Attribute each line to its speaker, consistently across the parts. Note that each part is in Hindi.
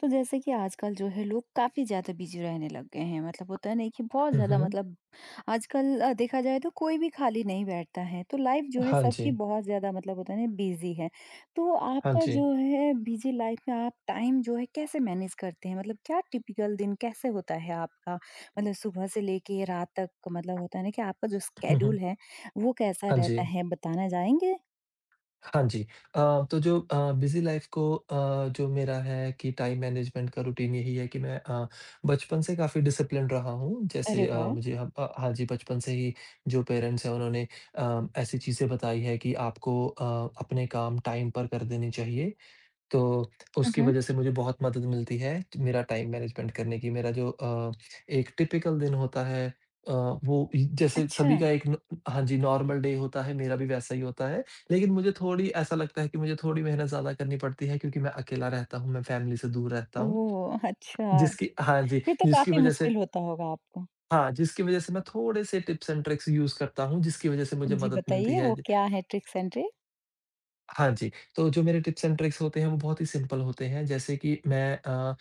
Speaker 1: तो जैसे कि आजकल जो है लोग काफ़ी ज़्यादा बिजी रहने लग गए हैं मतलब होता है नहीं कि बहुत
Speaker 2: हुँ,
Speaker 1: ज़्यादा
Speaker 2: हुँ।
Speaker 1: मतलब आजकल देखा जाए तो कोई भी खाली नहीं बैठता है तो लाइफ जो है
Speaker 2: हाँ
Speaker 1: सबकी
Speaker 2: जी,
Speaker 1: बहुत ज़्यादा मतलब होता है ना बिजी है। तो
Speaker 2: हाँ
Speaker 1: आपका
Speaker 2: जी।
Speaker 1: जो है बिजी लाइफ में आप टाइम जो है कैसे मैनेज करते हैं, मतलब क्या टिपिकल दिन कैसे होता है आपका? मतलब सुबह से लेके रात तक मतलब होता है ना कि आपका जो
Speaker 2: हुँ,
Speaker 1: स्केड्यूल
Speaker 2: हुँ।
Speaker 1: है वो कैसा
Speaker 2: हाँ
Speaker 1: रहता
Speaker 2: जी,
Speaker 1: है, बताना चाहेंगे?
Speaker 2: हाँ जी। अ, तो जो बिज़ी लाइफ़ को जो मेरा है कि टाइम मैनेजमेंट का रूटीन यही है कि मैं बचपन से काफ़ी डिसिप्लिन्ड रहा हूँ।
Speaker 1: अरे
Speaker 2: जैसे
Speaker 1: वाह।
Speaker 2: मुझे हाँ जी, बचपन से ही जो पेरेंट्स हैं उन्होंने ऐसी चीज़ें बताई है कि आपको अपने काम टाइम पर कर देने चाहिए। तो उसकी
Speaker 1: हम्म।
Speaker 2: वज़ह से मुझे बहुत मदद मिलती है, मेरा टाइम मैनेजमेंट करने की। मेरा जो एक टिपिकल दिन होता है, अ, वो इ जैसे
Speaker 1: अच्छा।
Speaker 2: सभी का एक न हाँ जी, नॉर्मल डे होता है, मेरा भी वैसा ही होता है। लेकिन मुझे थोड़ी ऐसा लगता है कि मुझे थोड़ी मेहनत ज़्यादा करनी पड़ती है क्योंकि मैं अकेला रहता हूँ, मैं फैमिली से दूर रहता हूँ।
Speaker 1: ओह अच्छा,
Speaker 2: जिसकी हाँ जी,
Speaker 1: फिर तो
Speaker 2: जिसकी
Speaker 1: काफ़ी
Speaker 2: वज़ह से
Speaker 1: मुश्किल होता होगा आपको।
Speaker 2: हाँ, जिसकी वज़ह से मैं थोड़े-से टिप्स एंड ट्रिक्स यूज़ करता हूँ, जिसकी वज़ह से मुझे
Speaker 1: जी
Speaker 2: मदद मिलती
Speaker 1: बताइए
Speaker 2: है।
Speaker 1: वो क्या है ट्रिक्स एंड ट्रिक?
Speaker 2: हाँ जी, तो जो मेरे टिप्स एंड ट्रिक्स होते हैं वो बहुत ही सिंपल होते हैं, जैसे कि मैं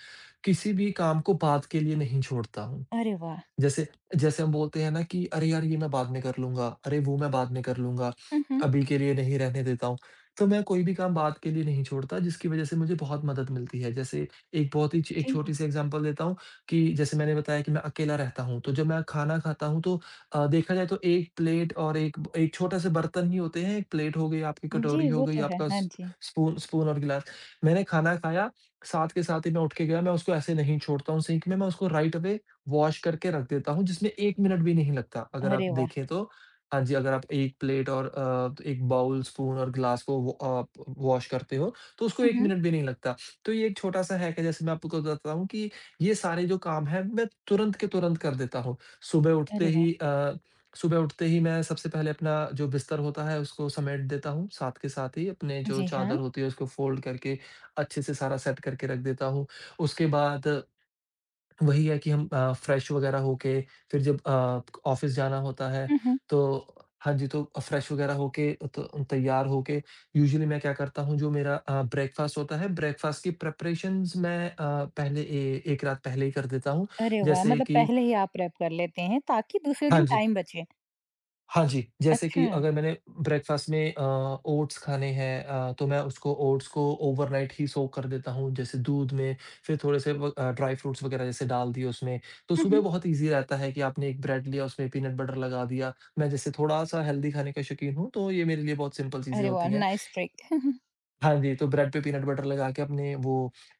Speaker 2: किसी भी काम को बाद के लिए नहीं छोड़ता हूँ।
Speaker 1: अरे वाह!
Speaker 2: जैसे जैसे हम बोलते हैं ना कि अरे यार ये मैं बाद में कर लूँगा, अरे वो मैं बाद में कर लूँगा,
Speaker 1: हुँ, हुँ।
Speaker 2: अभी के लिए नहीं रहने देता हूँ। तो मैं कोई भी काम बाद के लिए नहीं छोड़ता जिसकी वज़ह से मुझे बहुत मदद मिलती है। जैसे एक बहुत ही च एक
Speaker 1: जी,
Speaker 2: छोटी-सी एग्ज़ाम्पल देता हूँ कि, जैसे मैंने बताया कि मैं अकेला रहता हूँ, तो जब मैं खाना खाता हूँ तो देखा जाए तो 1 प्लेट और एक छोटा-सा बर्तन ही होते हैं। 1 प्लेट हो गई, आपकी
Speaker 1: जी
Speaker 2: कटोरी हो
Speaker 1: वो
Speaker 2: गई,
Speaker 1: तो है।
Speaker 2: आपका
Speaker 1: हाँ
Speaker 2: स
Speaker 1: जी।
Speaker 2: स्पून स्पून और गिलास। मैंने खाना खाया, साथ के साथ ही मैं उठ के गया, मैं उसको ऐसे नहीं छोड़ता हूँ सिंक में, मैं उसको राइट अवे वॉश करके रख देता हूँ जिसमें 1 मिनट भी नहीं लगता अगर
Speaker 1: अरे
Speaker 2: आप
Speaker 1: वाह!
Speaker 2: देखें तो। हाँ जी, अगर आप 1 प्लेट और 1 बाउल, स्पून और ग्लास को वो आप वॉश करते हो तो उसको
Speaker 1: हुँ,
Speaker 2: 1
Speaker 1: हुँ।
Speaker 2: मिनट भी नहीं लगता। तो ये एक छोटा-सा हैक है जैसे मैं आपको बताता हूँ कि ये सारे जो काम हैं मैं तुरंत के तुरंत कर देता हूँ। सुबह उठते
Speaker 1: अरे वाह!
Speaker 2: ही अ, सुबह उठते ही मैं सबसे पहले अपना जो बिस्तर होता है उसको समेट देता हूँ। साथ के साथ ही अपने जो
Speaker 1: जी हाँ।
Speaker 2: चादर होती है उसको फ़ोल्ड करके अच्छे से सारा सेट करके रख देता हूँ। उसके बाद वही है कि हम फ्रेश वगैरह होके फिर जब ऑफ़िस जाना होता है
Speaker 1: हुँ, हुँ।
Speaker 2: तो, हाँ जी, तो फ्रेश वगैरह होके तो तैयार होके यूजुअली मैं क्या करता हूँ, जो मेरा ब्रेकफ़ास्ट होता है, ब्रेकफ़ास्ट की प्रिपरेशंस मैं पहले ए 1 रात पहले ही कर देता हूँ।
Speaker 1: अरे वाह!
Speaker 2: जैसे
Speaker 1: मतलब
Speaker 2: कि
Speaker 1: पहले ही आप रैप कर लेते हैं ताकि दूसरे
Speaker 2: हाँ
Speaker 1: दिन
Speaker 2: जी।
Speaker 1: टाइम बचे।
Speaker 2: हाँ जी, जैसे
Speaker 1: अच्छा।
Speaker 2: कि अगर मैंने ब्रेकफ़ास्ट में ओट्स खाने हैं, तो मैं उसको ओट्स को ओवरनाइट ही सोक कर देता हूँ, जैसे दूध में, फिर थोड़े से ड्राई फ्रूट्स वग़ैरह जैसे डाल दिए उसमें। तो
Speaker 1: हुँ,
Speaker 2: सुबह
Speaker 1: हुँ।
Speaker 2: बहुत ईज़ी रहता है कि आपने एक ब्रेड लिया, उसमें पीनट बटर लगा दिया। मैं जैसे थोड़ा-सा हेल्दी खाने का शौकीन हूँ, तो ये मेरे लिए बहुत सिंपल चीज़ें
Speaker 1: अरे वाह!
Speaker 2: होती हैं।
Speaker 1: Nice trick.
Speaker 2: हाँ जी, तो ब्रेड पे पीनट बटर लगा के अपने वो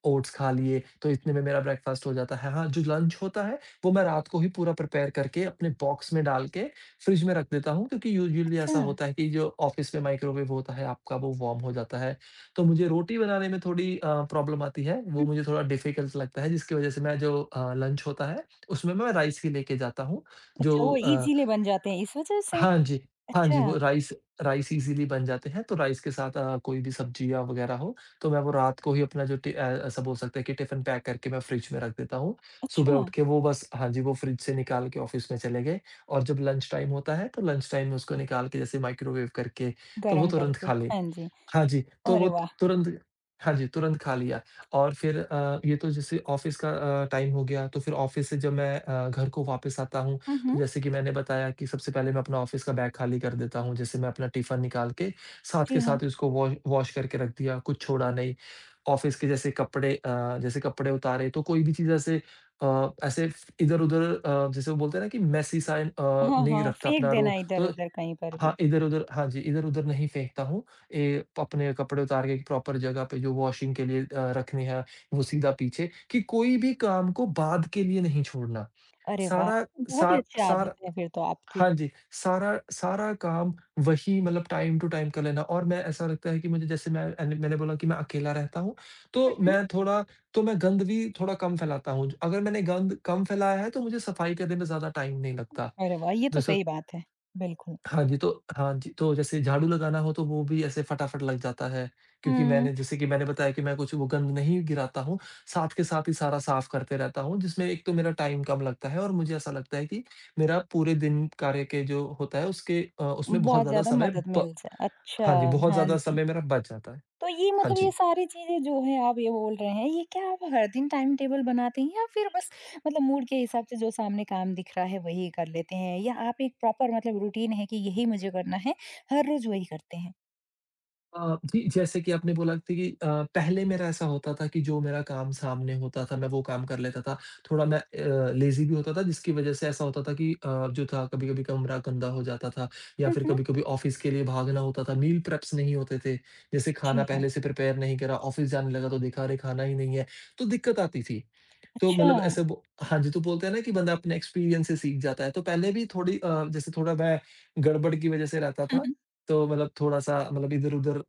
Speaker 2: ओट्स खा लिए, तो इतने में मेरा ब्रेकफ़ास्ट हो जाता है। हाँ, जो लंच होता है, वो मैं रात को ही पूरा प्रिपेयर करके अपने बॉक्स में डाल के फ्रिज में रख देता हूँ क्योंकि यूजुअली
Speaker 1: अच्छा।
Speaker 2: ऐसा होता है कि जो ऑफ़िस में माइक्रोवेव होता है आपका, वो वार्म हो जाता है। तो मुझे रोटी बनाने में थोड़ी प्रॉब्लम आती है,
Speaker 1: हुँ,
Speaker 2: वो मुझे थोड़ा डिफ़िकल्ट लगता है जिसकी वज़ह से मैं जो लंच होता है, उसमें मैं राइस ही लेके जाता हूँ,
Speaker 1: अच्छा
Speaker 2: जो
Speaker 1: वो
Speaker 2: अ
Speaker 1: इज़िली बन जाते हैं इस वज़ह से?
Speaker 2: हाँ जी। हाँ जी, वो
Speaker 1: अच्छा,
Speaker 2: राइस राइस इज़ीली बन जाते हैं, तो राइस के साथ कोई भी सब्जियाँ वग़ैरह हो, तो मैं वो रात को ही अपना ऐसा बोल सकते हैं कि टिफ़िन पैक करके मैं फ्रिज में रख देता हूँ।
Speaker 1: अच्छा।
Speaker 2: सुबह उठ के वो बस हाँ जी, वो फ्रिज से निकाल के ऑफ़िस में चले गए और जब लंच टाइम होता है, तो लंच टाइम में उसको निकाल के जैसे माइक्रोवेव करके, तो वो
Speaker 1: गरम
Speaker 2: तुरंत
Speaker 1: करके।
Speaker 2: खा लेंगे।
Speaker 1: हाँ जी।
Speaker 2: हाँ जी, तो
Speaker 1: अरे
Speaker 2: वो
Speaker 1: वाह!
Speaker 2: तुरंत हाँ जी, तुरंत खा लिया और फिर ये तो जैसे ऑफ़िस का टाइम हो गया, तो फिर ऑफ़िस से जब मैं घर को वापस आता हूँ,
Speaker 1: हुँ, हुँ।
Speaker 2: तो जैसे कि मैंने बताया कि सबसे पहले मैं अपना ऑफ़िस का बैग खाली कर देता हूँ। जैसे मैं अपना टिफ़िन निकाल
Speaker 1: जी
Speaker 2: के
Speaker 1: हाँ।
Speaker 2: साथ ही उसको वॉश वॉश करके रख दिया, कुछ छोड़ा नहीं। ऑफ़िस के जैसे कपड़े अ, जैसे कपड़े उतारे, तो कोई भी चीज़ ऐसे जैसे वो बोलते हैं ना कि मेसी सा,
Speaker 1: हाँ,
Speaker 2: नहीं
Speaker 1: हाँ।
Speaker 2: रखता
Speaker 1: फेंक
Speaker 2: अपना
Speaker 1: देना
Speaker 2: रूम, तो
Speaker 1: इधर-उधर कहीं पर भी।
Speaker 2: हाँ, इधर-उधर हाँ जी, इधर-उधर नहीं फेंकता हूँ। अपने कपड़े उतार के प्रॉपर जगह पे जो वॉशिंग के लिए रखने हैं, वो सीधा पीछे कि कोई भी काम को बाद के लिए नहीं छोड़ना।
Speaker 1: अरे वाह!
Speaker 2: सारा
Speaker 1: बहुत ही
Speaker 2: सार
Speaker 1: अच्छी आदत
Speaker 2: सार
Speaker 1: है फिर तो आपकी।
Speaker 2: हाँ जी, सारा सारा काम वही मतलब टाइम टू टाइम कर लेना। और मैं ऐसा लगता है कि मुझे, जैसे मैं, मैंने बोला कि मैं अकेला रहता हूँ,
Speaker 1: हुँ,
Speaker 2: तो
Speaker 1: हुँ।
Speaker 2: मैं थोड़ा, तो मैं गंद भी थोड़ा कम फैलाता हूँ। अगर मैंने गंद कम फैलाया है, तो मुझे सफाई करने में ज़्यादा टाइम नहीं लगता।
Speaker 1: अरे वाह! ये तो
Speaker 2: जैसे
Speaker 1: सही बात है, बिल्कुल।
Speaker 2: हाँ जी, तो जैसे झाड़ू लगाना हो तो वो भी ऐसे फटाफट लग जाता है, क्योंकि
Speaker 1: हुँ।
Speaker 2: मैंने जैसे कि मैंने बताया कि मैं कुछ वो गंद नहीं गिराता हूँ, साथ के साथ ही सारा साफ करते रहता हूँ, जिसमें एक तो मेरा टाइम कम लगता है और मुझे ऐसा लगता है कि मेरा पूरे दिन कार्य के जो होता है उसके उसमें बहुत
Speaker 1: बहुत
Speaker 2: ज़्यादा
Speaker 1: ज़्यादा
Speaker 2: समय
Speaker 1: मदद
Speaker 2: ब
Speaker 1: मिल जाए अच्छा,
Speaker 2: हाँ जी, बहुत
Speaker 1: हाँ
Speaker 2: ज़्यादा
Speaker 1: जी।
Speaker 2: समय मेरा बच जाता है।
Speaker 1: तो ये
Speaker 2: हाँ
Speaker 1: मतलब ये
Speaker 2: जी।
Speaker 1: सारी चीज़ें जो है आप ये बोल रहे हैं, ये क्या आप हर दिन टाइम टेबल बनाते हैं या फिर बस मतलब मूड के हिसाब से जो सामने काम दिख रहा है वही कर लेते हैं? या आप एक प्रॉपर मतलब रूटीन है कि यही मुझे करना है, हर रोज़ वही करते हैं?
Speaker 2: जी, जैसे कि आपने बोला कि, पहले मेरा ऐसा होता था कि जो मेरा काम सामने होता था, मैं वो काम कर लेता था। थोड़ा मैं लेज़ी भी होता था जिसकी वज़ह से ऐसा होता था कि, अ, जो था कभी-कभी कमरा गंदा हो जाता था या
Speaker 1: हुँ,
Speaker 2: फिर
Speaker 1: हुँ।
Speaker 2: कभी-कभी ऑफ़िस के लिए भागना होता था। मील प्रेप्स नहीं होते थे, जैसे
Speaker 1: जी
Speaker 2: खाना
Speaker 1: हाँ।
Speaker 2: पहले से प्रिपेयर नहीं करा, ऑफ़िस जाने लगा तो देखा, अरे खाना ही नहीं है, तो दिक्कत आती थी। तो
Speaker 1: अच्छा,
Speaker 2: मतलब
Speaker 1: हुँ,
Speaker 2: ऐसे वो हाँ जी, तो बोलते हैं ना कि बंदा अपने एक्सपीरियंस से सीख जाता है। तो पहले भी जैसे थोड़ा मैं गड़बड़ की वज़ह से रहता था।
Speaker 1: हुँ।
Speaker 2: तो मतलब थोड़ा-सा मतलब इधर-उधर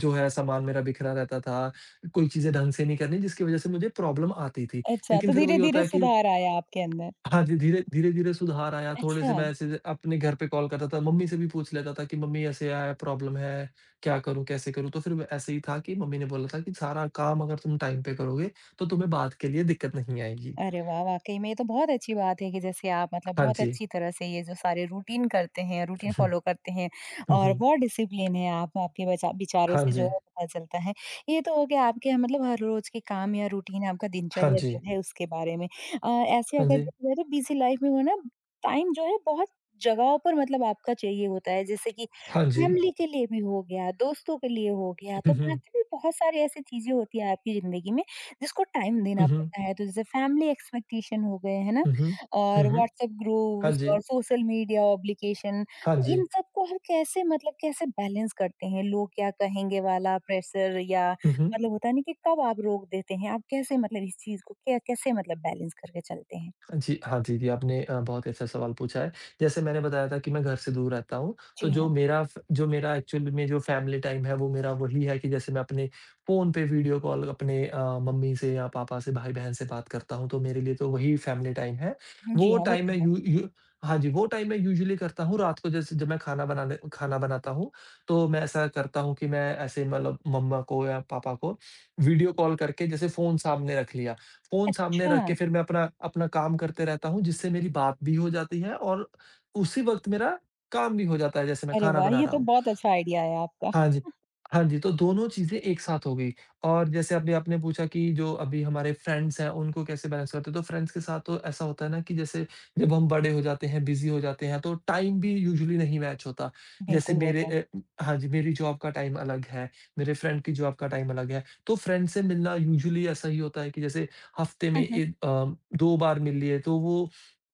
Speaker 2: जो है सामान मेरा बिखरा रहता था। कोई चीज़ें ढंग से नहीं करनी जिसकी वज़ह से मुझे प्रॉब्लम आती थी।
Speaker 1: अच्छा तो
Speaker 2: लेकिन फिर वही होता
Speaker 1: धीरे-धीरे
Speaker 2: है कि,
Speaker 1: सुधार आया आपके अंदर।
Speaker 2: हाँ जी, धीरे-धीरे सुधार आया। थोड़े
Speaker 1: अच्छा।
Speaker 2: से मैं ऐसे अपने घर पे कॉल करता था, मम्मी से भी पूछ लेता था कि मम्मी ऐसे है, प्रॉब्लम है, क्या करूँ, कैसे करूँ? तो फिर वो ऐसे ही था कि मम्मी ने बोला था कि सारा काम अगर तुम टाइम पे करोगे, तो तुम्हें बाद के लिए दिक्कत नहीं आएगी।
Speaker 1: अरे वाह! वाक़ई में ये तो बहुत अच्छी बात है कि जैसे आप मतलब
Speaker 2: 汉
Speaker 1: बहुत
Speaker 2: 鸡，
Speaker 1: अच्छी तरह से ये जो सारे रूटीन करते हैं,
Speaker 2: 嗯
Speaker 1: रूटीन
Speaker 2: 哼，
Speaker 1: फ़ॉलो करते हैं
Speaker 2: 嗯
Speaker 1: और
Speaker 2: 哼，
Speaker 1: बहुत डिसिप्लिन है आप आपके बचा विचारों
Speaker 2: 汉
Speaker 1: से जो
Speaker 2: 鸡，
Speaker 1: है पता चलता है। ये तो हो गया आपके मतलब हर रोज़ के काम या रूटीन आपका
Speaker 2: 汉
Speaker 1: दिनचर्या जो
Speaker 2: 鸡，
Speaker 1: है उसके बारे में। अ, ऐसे
Speaker 2: 汉
Speaker 1: अगर
Speaker 2: 鸡，
Speaker 1: देखा जाए तो बिज़ी लाइफ़ में वो ना टाइम जो है बहुत जगहों पर मतलब आपका चाहिए होता है, जैसे कि
Speaker 2: 汉鸡，
Speaker 1: फैमिली के लिए भी हो गया, दोस्तों के लिए हो गया, तो
Speaker 2: 嗯哼，
Speaker 1: बाकी भी बहुत सारी ऐसी चीज़ें होती हैं आपकी ज़िंदगी में, जिसको टाइम देना
Speaker 2: 嗯哼，
Speaker 1: पड़ता है। तो जैसे फैमिली एक्सपेक्टेशन हो गए, है ना?
Speaker 2: 嗯哼，
Speaker 1: और
Speaker 2: 嗯哼，
Speaker 1: व्हाट्सएप
Speaker 2: 汉
Speaker 1: ग्रुप्स और
Speaker 2: 鸡，
Speaker 1: सोशल मीडिया ऑब्लिगेशन,
Speaker 2: 汉
Speaker 1: तो इन
Speaker 2: 鸡，
Speaker 1: सब को हम कैसे मतलब कैसे बैलेंस करते हैं? लोग क्या कहेंगे वाला प्रेशर या
Speaker 2: 嗯哼。
Speaker 1: मतलब होता नहीं कि कब आप रोक देते हैं? आप कैसे मतलब इस चीज़ को क्या कैसे मतलब बैलेंस करके चलते हैं?
Speaker 2: हाँ जी, हाँ जी, जी, आपने बहुत ही अच्छा सवाल पूछा है। जैसे मैंने बताया था कि मैं घर से दूर रहता हूँ,
Speaker 1: जी
Speaker 2: तो जो
Speaker 1: हाँ।
Speaker 2: मेरा फ जो मेरा एक्चुअल में जो फैमिली टाइम है, वो मेरा वही है कि जैसे मैं अपने फ़ोन पे वीडियो कॉल अपने मम्मी से या पापा से, भाई-बहन से बात करता हूँ, तो मेरे लिए तो वही फैमिली टाइम है।
Speaker 1: जी
Speaker 2: वो
Speaker 1: हाँ, वो
Speaker 2: टाइम मैं
Speaker 1: तो है।
Speaker 2: यू यू हाँ जी, वो टाइम मैं यूजुअली करता हूँ रात को, जैसे जब मैं खाना बनाता हूँ, तो मैं ऐसा करता हूँ कि मैं ऐसे मतलब मम्मा को या पापा को वीडियो कॉल करके जैसे फ़ोन सामने रख लिया। फ़ोन सामने
Speaker 1: अच्छा!
Speaker 2: रख के फिर मैं अपना अपना काम करते रहता हूँ, जिससे मेरी बात भी हो जाती है और उसी वक़्त मेरा काम भी हो जाता है, जैसे मैं
Speaker 1: अरे
Speaker 2: खाना
Speaker 1: वाह!
Speaker 2: बना
Speaker 1: ये
Speaker 2: रहा
Speaker 1: तो
Speaker 2: हूँ।
Speaker 1: बहुत अच्छा आइडिया है आपका।
Speaker 2: हाँ जी। हाँ जी, तो दोनों चीज़ें एक साथ हो गई। और जैसे अभी आपने पूछा कि जो अभी हमारे फ्रेंड्स हैं, उनको कैसे बैलेंस करते हैं, तो फ्रेंड्स के साथ तो ऐसा होता है ना कि जैसे जब हम बड़े हो जाते हैं, बिज़ी हो जाते हैं, तो टाइम भी यूजुअली नहीं मैच होता। जैसे
Speaker 1: बिल्कुल, वो
Speaker 2: मेरे
Speaker 1: तो।
Speaker 2: अ, हाँ जी, मेरी जॉब का टाइम अलग है, मेरे फ्रेंड की जॉब का टाइम अलग है, तो फ्रेंड से मिलना यूजुअली ऐसा ही होता है कि जैसे हफ़्ते में
Speaker 1: हुँ, हुँ।
Speaker 2: 2 बार मिल लिए, तो वो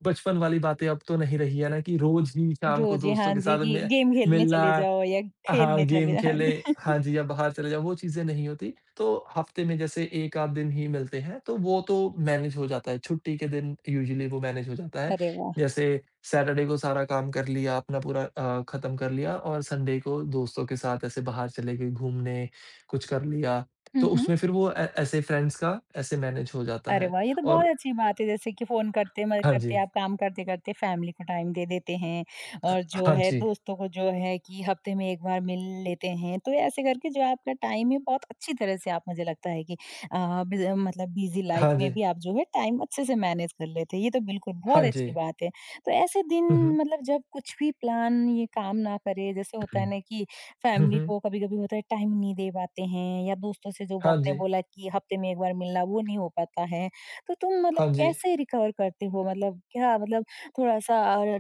Speaker 2: बचपन वाली बातें अब तो नहीं रही है ना कि रोज़ ही शाम को
Speaker 1: रोज़ ही हाँ
Speaker 2: दोस्तों के
Speaker 1: जी,
Speaker 2: साथ
Speaker 1: कि
Speaker 2: में
Speaker 1: गेम खेलने
Speaker 2: मिलना,
Speaker 1: चले जाओ या
Speaker 2: हाँ,
Speaker 1: खेलने चले
Speaker 2: गेम
Speaker 1: जाओ। हाँ
Speaker 2: खेले,
Speaker 1: जी।
Speaker 2: हाँ जी, या बाहर चले जाओ, वो चीज़ें नहीं होती। तो हफ्ते में जैसे 1 आध दिन ही मिलते हैं, तो वो तो मैनेज हो जाता है, छुट्टी के दिन यूजुअली वो मैनेज हो जाता है।
Speaker 1: अरे वाह!
Speaker 2: जैसे सैटरडे को सारा काम कर लिया, अपना पूरा खत्म कर लिया और संडे को दोस्तों के साथ ऐसे बाहर चले गए घूमने, कुछ कर लिया,
Speaker 1: हुँ,
Speaker 2: तो
Speaker 1: हुँ।
Speaker 2: उसमें फिर वो ऐ ऐसे फ्रेंड्स का ऐसे मैनेज हो जाता
Speaker 1: अरे
Speaker 2: है।
Speaker 1: वाह! ये तो बहुत
Speaker 2: और
Speaker 1: अच्छी बात है जैसे कि फ़ोन करते मदद
Speaker 2: हाँ
Speaker 1: करते
Speaker 2: जी,
Speaker 1: आप काम करते-करते फैमिली को टाइम दे देते हैं
Speaker 2: अ,
Speaker 1: और जो
Speaker 2: हाँ
Speaker 1: है
Speaker 2: जी,
Speaker 1: दोस्तों को जो है कि हफ्ते में 1 बार मिल लेते हैं। तो ऐसे करके जो आपका टाइम है बहुत अच्छी तरह से आप मुझे लगता है कि अ, बिज़ मतलब बिज़ी लाइफ़
Speaker 2: हाँ
Speaker 1: में
Speaker 2: जी,
Speaker 1: भी आप जो है टाइम अच्छे से मैनेज कर लेते हैं। ये तो बिल्कुल बहुत
Speaker 2: हाँ जी।
Speaker 1: अच्छी बात है। तो ऐसे दिन
Speaker 2: हुँ, हुँ।
Speaker 1: मतलब जब कुछ भी प्लान ये काम ना करे, जैसे होता है ना कि
Speaker 2: हुँ,
Speaker 1: फैमिली
Speaker 2: हुँ।
Speaker 1: को कभी-कभी होता है टाइम नहीं दे पाते हैं या दोस्तों से जो
Speaker 2: हाँ
Speaker 1: आपने
Speaker 2: जी,
Speaker 1: बोला कि हफ्ते में 1 बार मिलना वो नहीं हो पाता है। तो तुम मतलब
Speaker 2: हाँ जी।
Speaker 1: कैसे रिकवर करते हो? मतलब क्या मतलब थोड़ा-सा अ,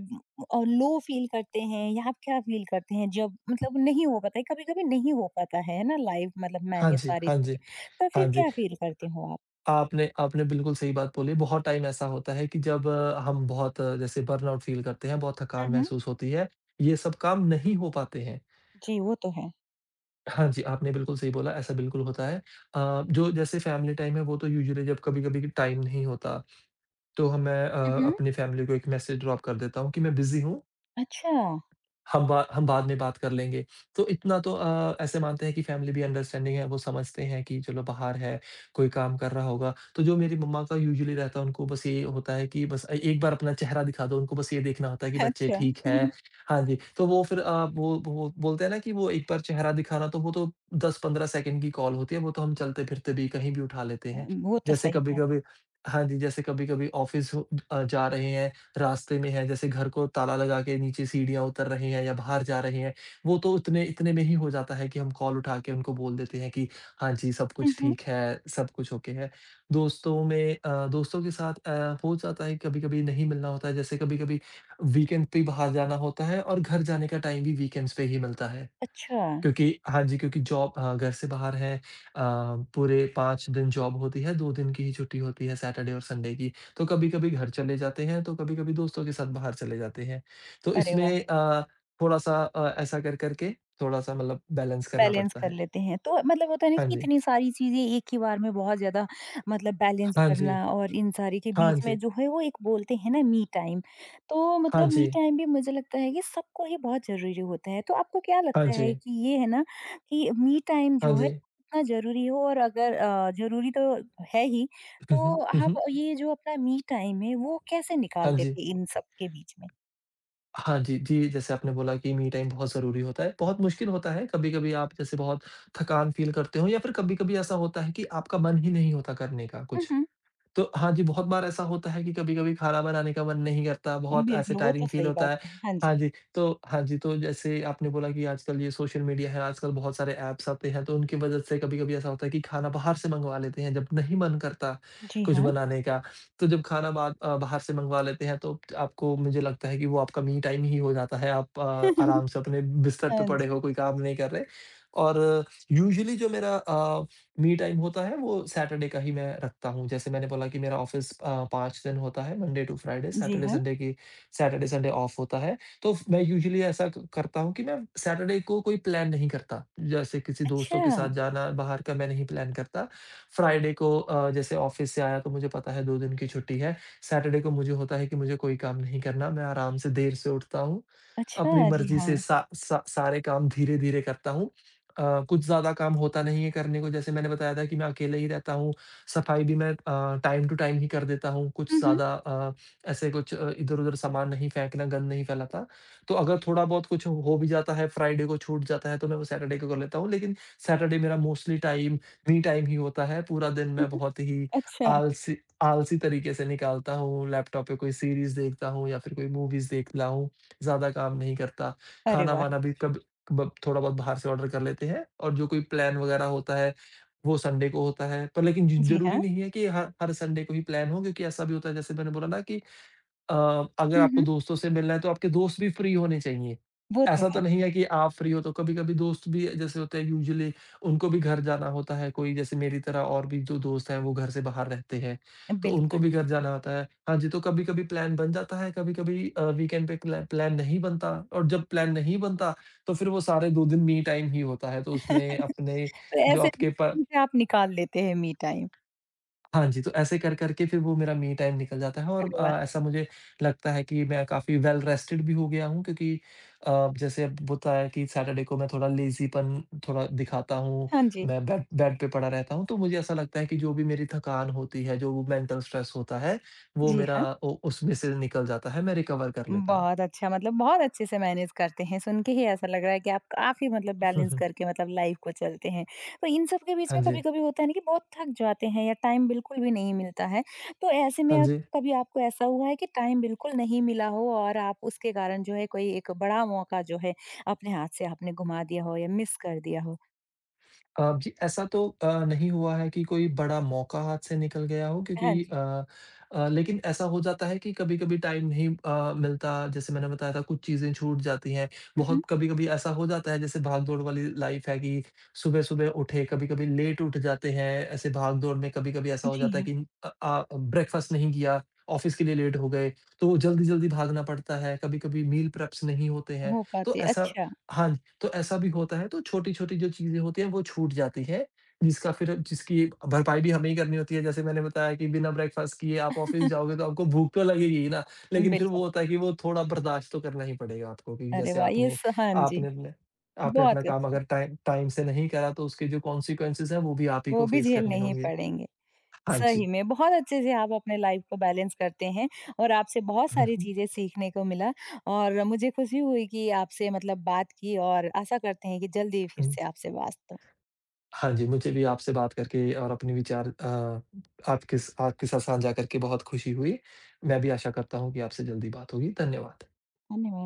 Speaker 1: अ, लो फील करते हैं या आप क्या फील करते हैं जब मतलब नहीं हो पाता है, कभी-कभी नहीं हो पाता है ना लाइफ मतलब
Speaker 2: हाँ
Speaker 1: मैनेज
Speaker 2: जी,
Speaker 1: सारी
Speaker 2: हाँ
Speaker 1: चीज़ें,
Speaker 2: जी।
Speaker 1: तो
Speaker 2: हाँ
Speaker 1: फिर
Speaker 2: जी,
Speaker 1: क्या फील करते हो आप?
Speaker 2: आपने आपने बिल्कुल सही बात बोली। बहुत टाइम ऐसा होता है कि जब हम बहुत जैसे बर्नआउट फ़ील करते हैं, बहुत
Speaker 1: हुँ,
Speaker 2: थकान
Speaker 1: हुँ।
Speaker 2: महसूस होती है, ये सब काम नहीं हो पाते हैं।
Speaker 1: जी, वो तो है।
Speaker 2: हाँ जी, आपने बिल्कुल सही बोला, ऐसा बिल्कुल होता है। जो जैसे फैमिली टाइम है, वो तो यूजुअली जब कभी-कभी टाइम नहीं होता, तो ह मैं
Speaker 1: हुँ, हुँ।
Speaker 2: अपनी फैमिली को एक मैसेज ड्रॉप कर देता हूँ कि मैं बिज़ी हूँ।
Speaker 1: अच्छा।
Speaker 2: हम बाद में बात कर लेंगे। तो इतना तो ऐसे मानते हैं कि फैमिली भी अंडरस्टैंडिंग है, वो समझते हैं कि चलो बाहर है, कोई काम कर रहा होगा। तो जो मेरी मम्मा का यूजुअली रहता है, उनको बस ये होता है कि बस एक बार अपना चेहरा दिखा दो, उनको बस ये देखना होता है कि बच्चे
Speaker 1: अच्छा।
Speaker 2: ठीक हैं। हाँ जी, तो वो फिर वो बोलते हैं ना कि वो एक बार चेहरा दिखाना तो वो तो 10-15 सेकंड की कॉल होती है, वो तो हम चलते-फिरते भी कहीं भी उठा लेते
Speaker 1: अ,
Speaker 2: हैं।
Speaker 1: वो तो
Speaker 2: जैसे
Speaker 1: सही बात है।
Speaker 2: कभी-कभी हाँ जी, जैसे कभी-कभी ऑफ़िस हो जा रहे हैं रास्ते में हैं, जैसे घर को ताला लगा के नीचे सीढ़ियाँ उतर रहे हैं या बाहर जा रहे हैं, वो तो इतने इतने में ही हो जाता है कि हम कॉल उठा के उनको बोल देते हैं कि हाँ जी, सब
Speaker 1: हुँ,
Speaker 2: कुछ
Speaker 1: हुँ।
Speaker 2: ठीक है, सब कुछ ओके है। दोस्तों में दोस्तों के साथ हो जाता है कभी-कभी नहीं मिलना होता है, जैसे कभी-कभी वीकेंड पे ही बाहर जाना होता है और घर जाने का टाइम भी वीकेंड्स पे ही मिलता है।
Speaker 1: अच्छा,
Speaker 2: क्योंकि हाँ जी, क्योंकि जॉब घर से बाहर हैं पूरे 5 दिन जॉब होती है, 2 दिन की ही छुट्टी होती है सैटरडे और संडे की। तो कभी-कभी घर चले जाते हैं, तो कभी-कभी दोस्तों के साथ बाहर चले जाते हैं। तो
Speaker 1: अरे
Speaker 2: इसमें
Speaker 1: वाह!
Speaker 2: थोड़ा-सा ऐसा कर कर के थोड़ा-सा मतलब बैलेंस करना
Speaker 1: बैलेंस
Speaker 2: पड़ता
Speaker 1: कर
Speaker 2: है।
Speaker 1: लेते हैं। तो मतलब होता है ना
Speaker 2: हाँ
Speaker 1: कि
Speaker 2: जी,
Speaker 1: इतनी सारी चीज़ें एक ही बार में बहुत ज़्यादा मतलब बैलेंस
Speaker 2: हाँ
Speaker 1: करना
Speaker 2: जी,
Speaker 1: और इन सारी के
Speaker 2: हाँ
Speaker 1: बीच में
Speaker 2: जी,
Speaker 1: जो है वो एक बोलते हैं ना मी टाइम। तो
Speaker 2: हाँ
Speaker 1: मतलब मी
Speaker 2: जी,
Speaker 1: टाइम भी मुझे लगता है कि सबको ही बहुत ज़रूरी होता है। तो आपको क्या
Speaker 2: हाँ
Speaker 1: लगता
Speaker 2: जी,
Speaker 1: है कि ये है ना कि मी टाइम
Speaker 2: हाँ
Speaker 1: जो है
Speaker 2: जी।
Speaker 1: कितना ज़रूरी हो, और अगर ज़रूरी तो है ही,
Speaker 2: हुँ, हुँ,
Speaker 1: तो
Speaker 2: हुँ,
Speaker 1: आप
Speaker 2: हुँ।
Speaker 1: ये जो अपना मी टाइम है वो कैसे
Speaker 2: हाँ
Speaker 1: निकाल
Speaker 2: जी।
Speaker 1: लेते हैं इन सब के बीच में?
Speaker 2: हाँ जी, जी, जैसे आपने बोला कि मी टाइम बहुत ज़रूरी होता है। बहुत मुश्किल होता है, कभी-कभी आप जैसे बहुत थकान फ़ील करते हो या फिर कभी-कभी ऐसा होता है कि आपका मन ही नहीं होता करने का
Speaker 1: हुँ,
Speaker 2: कुछ।
Speaker 1: हुँ।
Speaker 2: तो हाँ जी, बहुत बार ऐसा होता है कि कभी-कभी खाना बनाने का मन नहीं करता, बहुत ऐसे
Speaker 1: बिल्कुल, वो तो
Speaker 2: टायरिंग फ़ील
Speaker 1: सही
Speaker 2: होता
Speaker 1: बात
Speaker 2: है।
Speaker 1: है। हाँ जी।
Speaker 2: हाँ जी, तो जैसे आपने बोला कि आजकल ये सोशल मीडिया है, आजकल बहुत सारे ऐप्स आते हैं, तो उनकी वज़ह से कभी-कभी ऐसा होता है कि खाना बाहर से मँगवा लेते हैं, जब नहीं मन करता
Speaker 1: जी
Speaker 2: कुछ
Speaker 1: हाँ।
Speaker 2: बनाने का। तो जब खाना बाहर से मँगवा लेते हैं, तो आपको मुझे लगता है कि वो आपका मी टाइम ही हो जाता है। आप आराम से अपने बिस्तर पे
Speaker 1: हाँ
Speaker 2: पड़े हो, कोई काम नहीं कर रहे और यूजुअली जो मेरा मी टाइम होता है वो सैटरडे का ही मैं रखता हूँ। जैसे मैंने बोला कि मेरा ऑफ़िस 5 दिन होता है मंडे टू फ्राइडे,
Speaker 1: जी हाँ।
Speaker 2: सैटरडे संडे ऑफ होता है। तो फ मैं यूजुअली ऐसा क करता हूँ कि मैं सैटरडे को कोई प्लान नहीं करता। जैसे किसी दोस्तों के
Speaker 1: अच्छा!
Speaker 2: साथ जाना बाहर का मैं नहीं प्लान करता। फ्राइडे को जैसे ऑफ़िस से आया तो मुझे पता है 2 दिन की छुट्टी है। सैटरडे को मुझे होता है कि मुझे कोई काम नहीं करना, मैं आराम से देर से उठता हूँ। अपनी
Speaker 1: अच्छा, जी
Speaker 2: मर्ज़ी से
Speaker 1: हाँ।
Speaker 2: सा सा सारे काम धीरे-धीरे करता हूँ। कुछ ज़्यादा काम होता नहीं है करने को, जैसे मैंने बताया था कि मैं अकेले ही रहता हूँ, सफाई भी मैं टाइम टू टाइम ही कर देता हूँ, कुछ
Speaker 1: हुँ, हुँ,
Speaker 2: ज़्यादा ऐसे कुछ इधर-उधर सामान नहीं फेंकना, गंद नहीं फैलाता। तो अगर थोड़ा बहुत कुछ हो भी जाता है, फ्राइडे को छूट जाता है, तो मैं वो सैटरडे को कर लेता हूँ, लेकिन सैटरडे मेरा मोस्टली टाइम मी टाइम ही होता है, पूरा दिन
Speaker 1: हुँ,
Speaker 2: मैं
Speaker 1: हुँ।
Speaker 2: बहुत ही
Speaker 1: अच्छा,
Speaker 2: आलसी आलसी तरीके से निकालता हूँ, लैपटॉप पे कोई सीरीज़ देखता हूँ या फिर कोई मूवीज़ देख रहा हूँ, ज़्यादा काम नहीं करता,
Speaker 1: अरे वाह!
Speaker 2: खाना-वाना भी कभी ब थोड़ा बहुत बाहर से ऑर्डर कर लेते हैं और जो कोई प्लान वगैरह होता है, वो संडे को होता है। पर लेकिन ज
Speaker 1: जी
Speaker 2: ज़रूरी
Speaker 1: हाँ।
Speaker 2: नहीं है कि हर हर संडे को ही प्लान हो क्योंकि ऐसा भी होता है जैसे मैंने बोला ना कि अ, अगर
Speaker 1: हुँ,
Speaker 2: आपको
Speaker 1: हुँ।
Speaker 2: दोस्तों से मिलना है तो आपके दोस्त भी फ्री होने चाहिए।
Speaker 1: वो तो
Speaker 2: ऐसा तो
Speaker 1: है,
Speaker 2: नहीं है कि आप फ्री हो तो कभी-कभी दोस्त भी जैसे होते हैं यूजुअली उनको भी घर जाना होता है, कोई जैसे मेरी तरह और भी जो दोस्त हैं वो घर से बाहर रहते हैं, तो उनको
Speaker 1: बिल्कुल।
Speaker 2: भी घर जाना होता है। हाँ जी, तो कभी-कभी प्लान बन जाता है, कभी-कभी वीकेंड पे प्लान नहीं बनता और जब प्लान नहीं बनता तो फिर वो सारे 2 दिन मी टाइम ही होता है। तो उसमें अपने
Speaker 1: तो
Speaker 2: जो
Speaker 1: ऐसे
Speaker 2: आपके प
Speaker 1: में आप निकाल लेते हैं मी टाइम।
Speaker 2: हाँ जी, तो ऐसे कर कर के फिर वो मेरा मी टाइम निकल जाता है और
Speaker 1: अरे वाह!
Speaker 2: ऐसा मुझे लगता है कि मैं काफ़ी वेल रेस्टेड भी हो गया हूँ क्योंकि जैसे अब होता है कि सैटरडे को मैं थोड़ा लेज़ीपन थोड़ा दिखाता हूँ,
Speaker 1: हाँ जी।
Speaker 2: मैं बेड बेड पे पड़ा रहता हूँ, तो मुझे ऐसा लगता है कि जो भी मेरी थकान होती है, जो वो मेंटल स्ट्रेस होता है, वो
Speaker 1: जी
Speaker 2: मेरा
Speaker 1: हाँ।
Speaker 2: उ उसमें से निकल जाता है, मैं रिकवर कर लेता हूँ।
Speaker 1: बहुत अच्छा मतलब बहुत अच्छे से मैनेज करते हैं, सुन के ही ऐसा लग रहा है कि आप काफ़ी मतलब बैलेंस करके मतलब लाइफ को चलते हैं। तो इन सब के बीच
Speaker 2: हाँ
Speaker 1: में
Speaker 2: जी।
Speaker 1: कभी-कभी होता है ना कि बहुत थक जाते हैं या टाइम बिल्कुल भी नहीं मिलता है, तो ऐसे में
Speaker 2: हाँ जी।
Speaker 1: कभी आपको ऐसा हुआ है कि टाइम बिल्कुल नहीं मिला हो और आप उसके कारण जो है कोई एक बड़ा मौका जो है अपने हाथ से आपने गुमा दिया हो या मिस कर दिया हो?
Speaker 2: जी, ऐसा तो नहीं हुआ है कि कोई बड़ा मौका हाथ से निकल गया हो
Speaker 1: हाँ
Speaker 2: क्योंकि
Speaker 1: जी।
Speaker 2: लेकिन ऐसा हो जाता है कि कभी-कभी टाइम नहीं मिलता जैसे मैंने बताया था कुछ चीज़ें छूट जाती हैं।
Speaker 1: हुँ, हुँ।
Speaker 2: बहुत कभी-कभी ऐसा हो जाता है जैसे भाग-दौड़ वाली लाइफ़ है कि सुबह-सुबह उठे, कभी-कभी लेट उठ जाते हैं। ऐसे भाग-दौड़ में कभी-कभी ऐसा हो
Speaker 1: जी
Speaker 2: जाता है
Speaker 1: हाँ,
Speaker 2: कि ब्रेकफ़ास्ट नहीं किया, ऑफ़िस के लिए लेट हो गए, तो जल्दी-जल्दी भागना पड़ता है। कभी-कभी मील प्रेप्स नहीं होते हैं,
Speaker 1: हो
Speaker 2: तो
Speaker 1: पाते
Speaker 2: ऐसा
Speaker 1: अच्छा।
Speaker 2: हाँ तो ऐसा भी होता है तो छोटी-छोटी जो चीज़ें होती हैं वो छूट जाती हैं, जिसका फिर जिसकी भरपाई भी हमें ही करनी होती है। जैसे मैंने बताया कि बिना ब्रेकफ़ास्ट किए आप ऑफ़िस जाओगे तो आपको भूख तो लगेगी ही ना, लेकिन फिर
Speaker 1: बिल्कुल।
Speaker 2: वो होता है कि वो थोड़ा बर्दाश्त तो करना ही पड़ेगा आपको कि
Speaker 1: अरे
Speaker 2: जैसे
Speaker 1: वाह! ये
Speaker 2: आपने
Speaker 1: स हाँ जी,
Speaker 2: आपने अपने आपने अपना
Speaker 1: बहुत
Speaker 2: काम
Speaker 1: अच्छा।
Speaker 2: अगर टाइम टाइम से नहीं करा तो उसके जो कॉन्सिक्वेंसेज़ हैं वो भी आप ही
Speaker 1: वो
Speaker 2: को
Speaker 1: भी
Speaker 2: फ़ेस
Speaker 1: झेलने
Speaker 2: करने
Speaker 1: ही
Speaker 2: होंगे।
Speaker 1: पड़ेंगे।
Speaker 2: हाँ
Speaker 1: सही
Speaker 2: जी।
Speaker 1: में, बहुत अच्छे से आप अपने लाइफ को बैलेंस करते हैं और आपसे बहुत
Speaker 2: हुँ,
Speaker 1: सारी
Speaker 2: हुँ।
Speaker 1: चीज़ें सीखने को मिला और मुझे खुशी हुई कि आपसे मतलब बात की, और आशा करते हैं कि जल्दी फिर
Speaker 2: हुँ।
Speaker 1: से आपसे बात हो।
Speaker 2: हाँ जी, मुझे भी आपसे बात करके और अपने विचार आपके साथ साझा करके बहुत खुशी हुई। मैं भी आशा करता हूँ कि आपसे जल्दी बात होगी। धन्यवाद।
Speaker 1: धन्यवाद।